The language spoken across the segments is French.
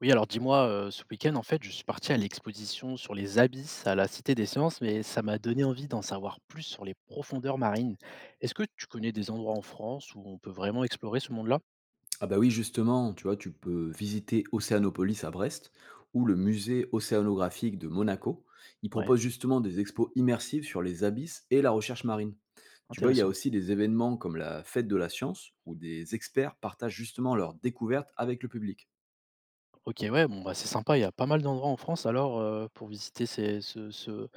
Oui, alors dis-moi, ce week-end, en fait, je suis parti à l'exposition sur les abysses à la Cité des Sciences, mais ça m'a donné envie d'en savoir plus sur les profondeurs marines. Est-ce que tu connais des endroits en France où on peut vraiment explorer ce monde-là? Ah bah oui, justement, tu vois, tu peux visiter Océanopolis à Brest ou le musée océanographique de Monaco. Il Ouais, propose justement des expos immersives sur les abysses et la recherche marine. Tu vois, il y a intéressant. aussi des événements comme la fête de la science où des experts partagent justement leurs découvertes avec le public. OK, ouais, bon, bah, c'est sympa, il y a pas mal d'endroits en France alors, pour visiter ces ce ce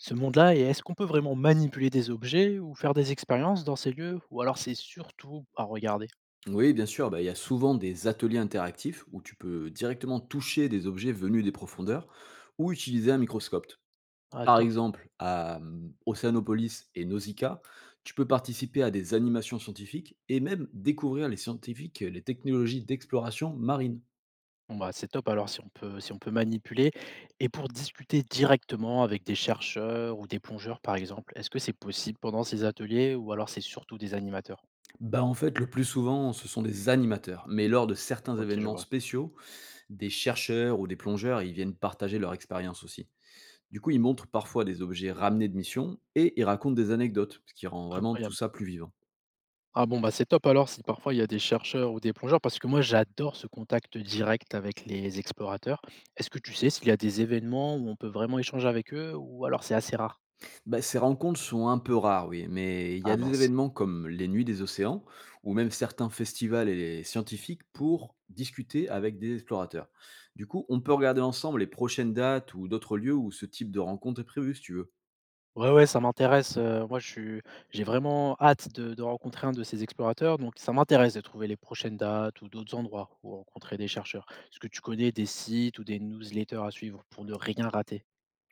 ce monde-là. Et est-ce qu'on peut vraiment manipuler des objets ou faire des expériences dans ces lieux? Ou alors c'est surtout à regarder? Oui, bien sûr, bah, il y a souvent des ateliers interactifs où tu peux directement toucher des objets venus des profondeurs ou utiliser un microscope. Ah, Par top. exemple, à Océanopolis et Nausicaa, tu peux participer à des animations scientifiques et même découvrir les scientifiques et les technologies d'exploration marine. Bon, bah, c'est top alors si on peut manipuler. Et pour discuter directement avec des chercheurs ou des plongeurs, par exemple, est-ce que c'est possible pendant ces ateliers ou alors c'est surtout des animateurs? Bah, en fait, le plus souvent, ce sont des animateurs, mais lors de certains OK, je événements vois. spéciaux, des chercheurs ou des plongeurs, ils viennent partager leur expérience aussi. Du coup, ils montrent parfois des objets ramenés de mission et ils racontent des anecdotes, ce qui rend vraiment tout Incroyable. ça plus vivant. Ah bon, bah, c'est top alors si parfois il y a des chercheurs ou des plongeurs, parce que moi j'adore ce contact direct avec les explorateurs. Est-ce que tu sais s'il y a des événements où on peut vraiment échanger avec eux ou alors c'est assez rare? Bah, ces rencontres sont un peu rares, oui, mais il y Ah a des mince. événements comme les Nuits des océans ou même certains festivals et les scientifiques pour discuter avec des explorateurs. Du coup, on peut regarder ensemble les prochaines dates ou d'autres lieux où ce type de rencontre est prévu, si tu veux. Ouais, ouais, ça m'intéresse, moi je suis j'ai vraiment hâte de rencontrer un de ces explorateurs, donc ça m'intéresse de trouver les prochaines dates ou d'autres endroits où rencontrer des chercheurs. Est-ce que tu connais des sites ou des newsletters à suivre pour ne rien rater?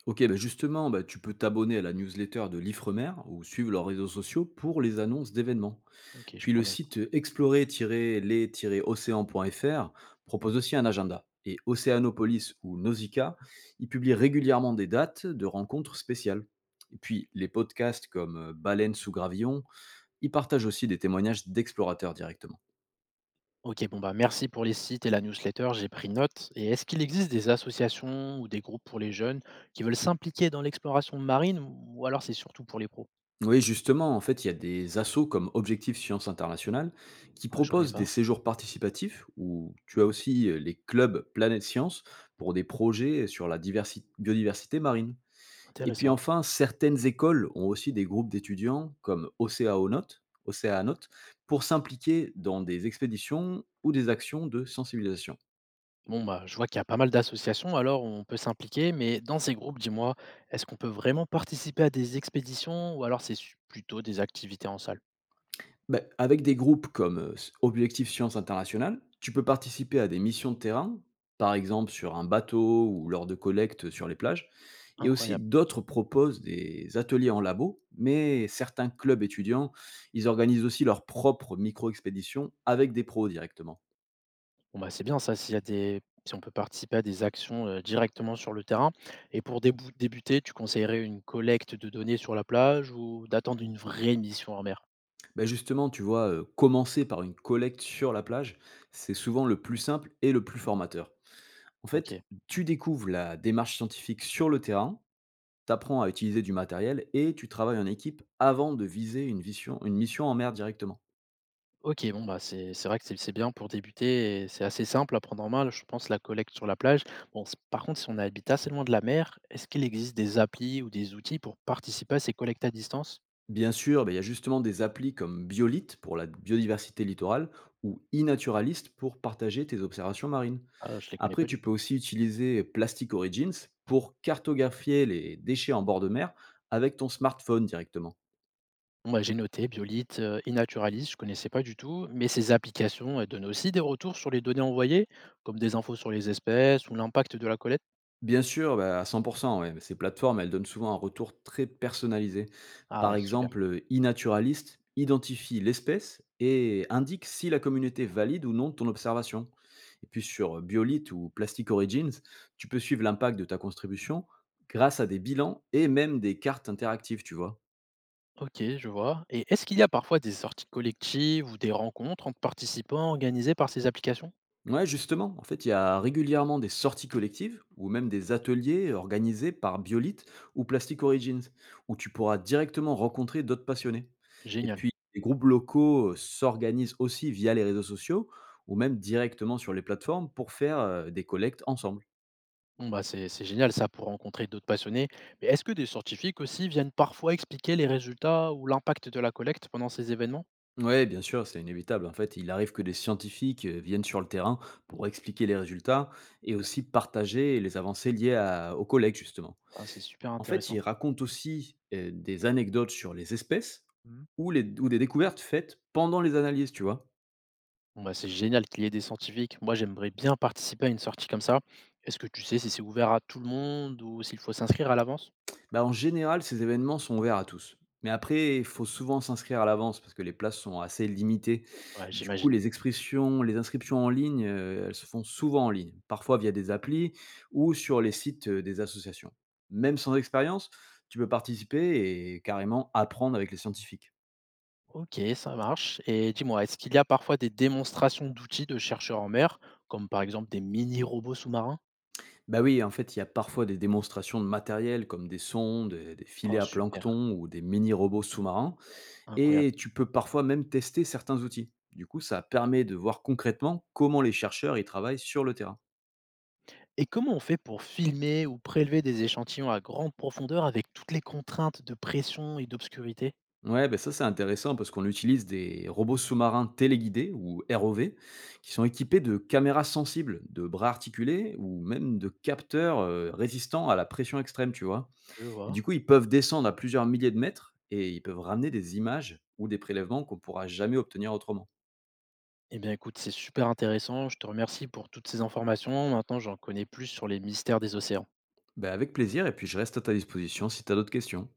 Ok, bah justement, bah, tu peux t'abonner à la newsletter de l'Ifremer ou suivre leurs réseaux sociaux pour les annonces d'événements. OK, je Puis le prends note. site explorer-les-océans.fr propose aussi un agenda. Et Océanopolis ou Nausicaa, ils publient régulièrement des dates de rencontres spéciales. Et puis les podcasts comme Baleine sous gravillon, ils partagent aussi des témoignages d'explorateurs directement. OK, bon, bah, merci pour les sites et la newsletter, j'ai pris note. Et est-ce qu'il existe des associations ou des groupes pour les jeunes qui veulent s'impliquer dans l'exploration marine ou alors c'est surtout pour les pros? Oui, justement, en fait, il y a des assos comme Objectif Science Internationale qui Ah, je connais proposent des pas, séjours participatifs où tu as aussi les clubs Planète Science pour des projets sur la biodiversité marine. Et puis intéressant. enfin, certaines écoles ont aussi des groupes d'étudiants comme Océanonautes pour s'impliquer dans des expéditions ou des actions de sensibilisation. Bon, bah, je vois qu'il y a pas mal d'associations, alors on peut s'impliquer, mais dans ces groupes, dis-moi, est-ce qu'on peut vraiment participer à des expéditions ou alors c'est plutôt des activités en salle? Ben, avec des groupes comme Objectif Science Internationale, tu peux participer à des missions de terrain, par exemple sur un bateau ou lors de collectes sur les plages. Et aussi, Incroyable. d'autres proposent des ateliers en labo, mais certains clubs étudiants, ils organisent aussi leurs propres micro-expéditions avec des pros directement. Bon, bah, c'est bien ça, s'il y a des si on peut participer à des actions directement sur le terrain. Et pour débuter, tu conseillerais une collecte de données sur la plage ou d'attendre une vraie mission en mer? Bah, justement, tu vois, commencer par une collecte sur la plage, c'est souvent le plus simple et le plus formateur. En Ok. fait, tu découvres la démarche scientifique sur le terrain, tu apprends à utiliser du matériel et tu travailles en équipe avant de viser une mission en mer directement. OK, bon, bah, c'est vrai que c'est bien pour débuter et c'est assez simple à prendre en main, je pense, la collecte sur la plage. Bon, s par contre, si on habite assez loin de la mer, est-ce qu'il existe des applis ou des outils pour participer à ces collectes à distance? Bien sûr, bah, il y a justement des applis comme Biolite pour la biodiversité littorale ou iNaturalist pour partager tes observations marines. Ah, je les connais pas Après, du tu tout. peux aussi utiliser Plastic Origins pour cartographier les déchets en bord de mer avec ton smartphone directement. Bon, bah, j'ai noté Biolite, eNaturalis, je connaissais pas du tout, mais ces applications, elles donnent aussi des retours sur les données envoyées, comme des infos sur les espèces ou l'impact de la collecte? Bien sûr, bah, à 100, ouais. Ces plateformes, elles donnent souvent un retour très personnalisé. Par Ah, super. exemple, iNaturalist identifie l'espèce et indique si la communauté valide ou non ton observation. Et puis sur Biolite ou Plastic Origins, tu peux suivre l'impact de ta contribution grâce à des bilans et même des cartes interactives, tu vois. OK, je vois. Et est-ce qu'il y a parfois des sorties collectives ou des rencontres entre participants organisées par ces applications? Ouais, justement, en fait, il y a régulièrement des sorties collectives ou même des ateliers organisés par Biolite ou Plastic Origins, où tu pourras directement rencontrer d'autres passionnés. Et Génial. puis, les groupes locaux s'organisent aussi via les réseaux sociaux ou même directement sur les plateformes pour faire des collectes ensemble. Bon, bah, c'est génial ça pour rencontrer d'autres passionnés. Mais est-ce que des scientifiques aussi viennent parfois expliquer les résultats ou l'impact de la collecte pendant ces événements? Ouais, bien sûr, c'est inévitable. En fait, il arrive que des scientifiques viennent sur le terrain pour expliquer les résultats et aussi partager les avancées aux collègues, justement. Ah, c'est super En fait, il intéressant. raconte aussi, des anecdotes sur les espèces Mhm. ou les ou des découvertes faites pendant les analyses, tu vois? Bon, bah, c'est génial qu'il y ait des scientifiques. Moi, j'aimerais bien participer à une sortie comme ça. Est-ce que tu sais si c'est ouvert à tout le monde ou s'il faut s'inscrire à l'avance? Bah, en général, ces événements sont ouverts à tous. Mais après, il faut souvent s'inscrire à l'avance parce que les places sont assez limitées. Ouais, Du coup, j'imagine. Les inscriptions en ligne, elles se font souvent en ligne, parfois via des applis ou sur les sites, des associations. Même sans expérience, tu peux participer et carrément apprendre avec les scientifiques. Ok, ça marche. Et dis-moi, est-ce qu'il y a parfois des démonstrations d'outils de chercheurs en mer, comme par exemple des mini-robots sous-marins? Bah oui, en fait, il y a parfois des démonstrations de matériel comme des sondes, et des filets Oh, à super, plancton ou des mini-robots sous-marins, et incroyable. tu peux parfois même tester certains outils. Du coup, ça permet de voir concrètement comment les chercheurs y travaillent sur le terrain. Et comment on fait pour filmer ou prélever des échantillons à grande profondeur avec toutes les contraintes de pression et d'obscurité? Ouais, ben ça c'est intéressant parce qu'on utilise des robots sous-marins téléguidés ou ROV qui sont équipés de caméras sensibles, de bras articulés ou même de capteurs résistants à la pression extrême, tu vois. Je Et vois. du coup, ils peuvent descendre à plusieurs milliers de mètres et ils peuvent ramener des images ou des prélèvements qu'on pourra jamais obtenir autrement. Eh bien, écoute, c'est super intéressant. Je te remercie pour toutes ces informations. Maintenant, j'en connais plus sur les mystères des océans. Ben, avec plaisir et puis je reste à ta disposition si tu as d'autres questions.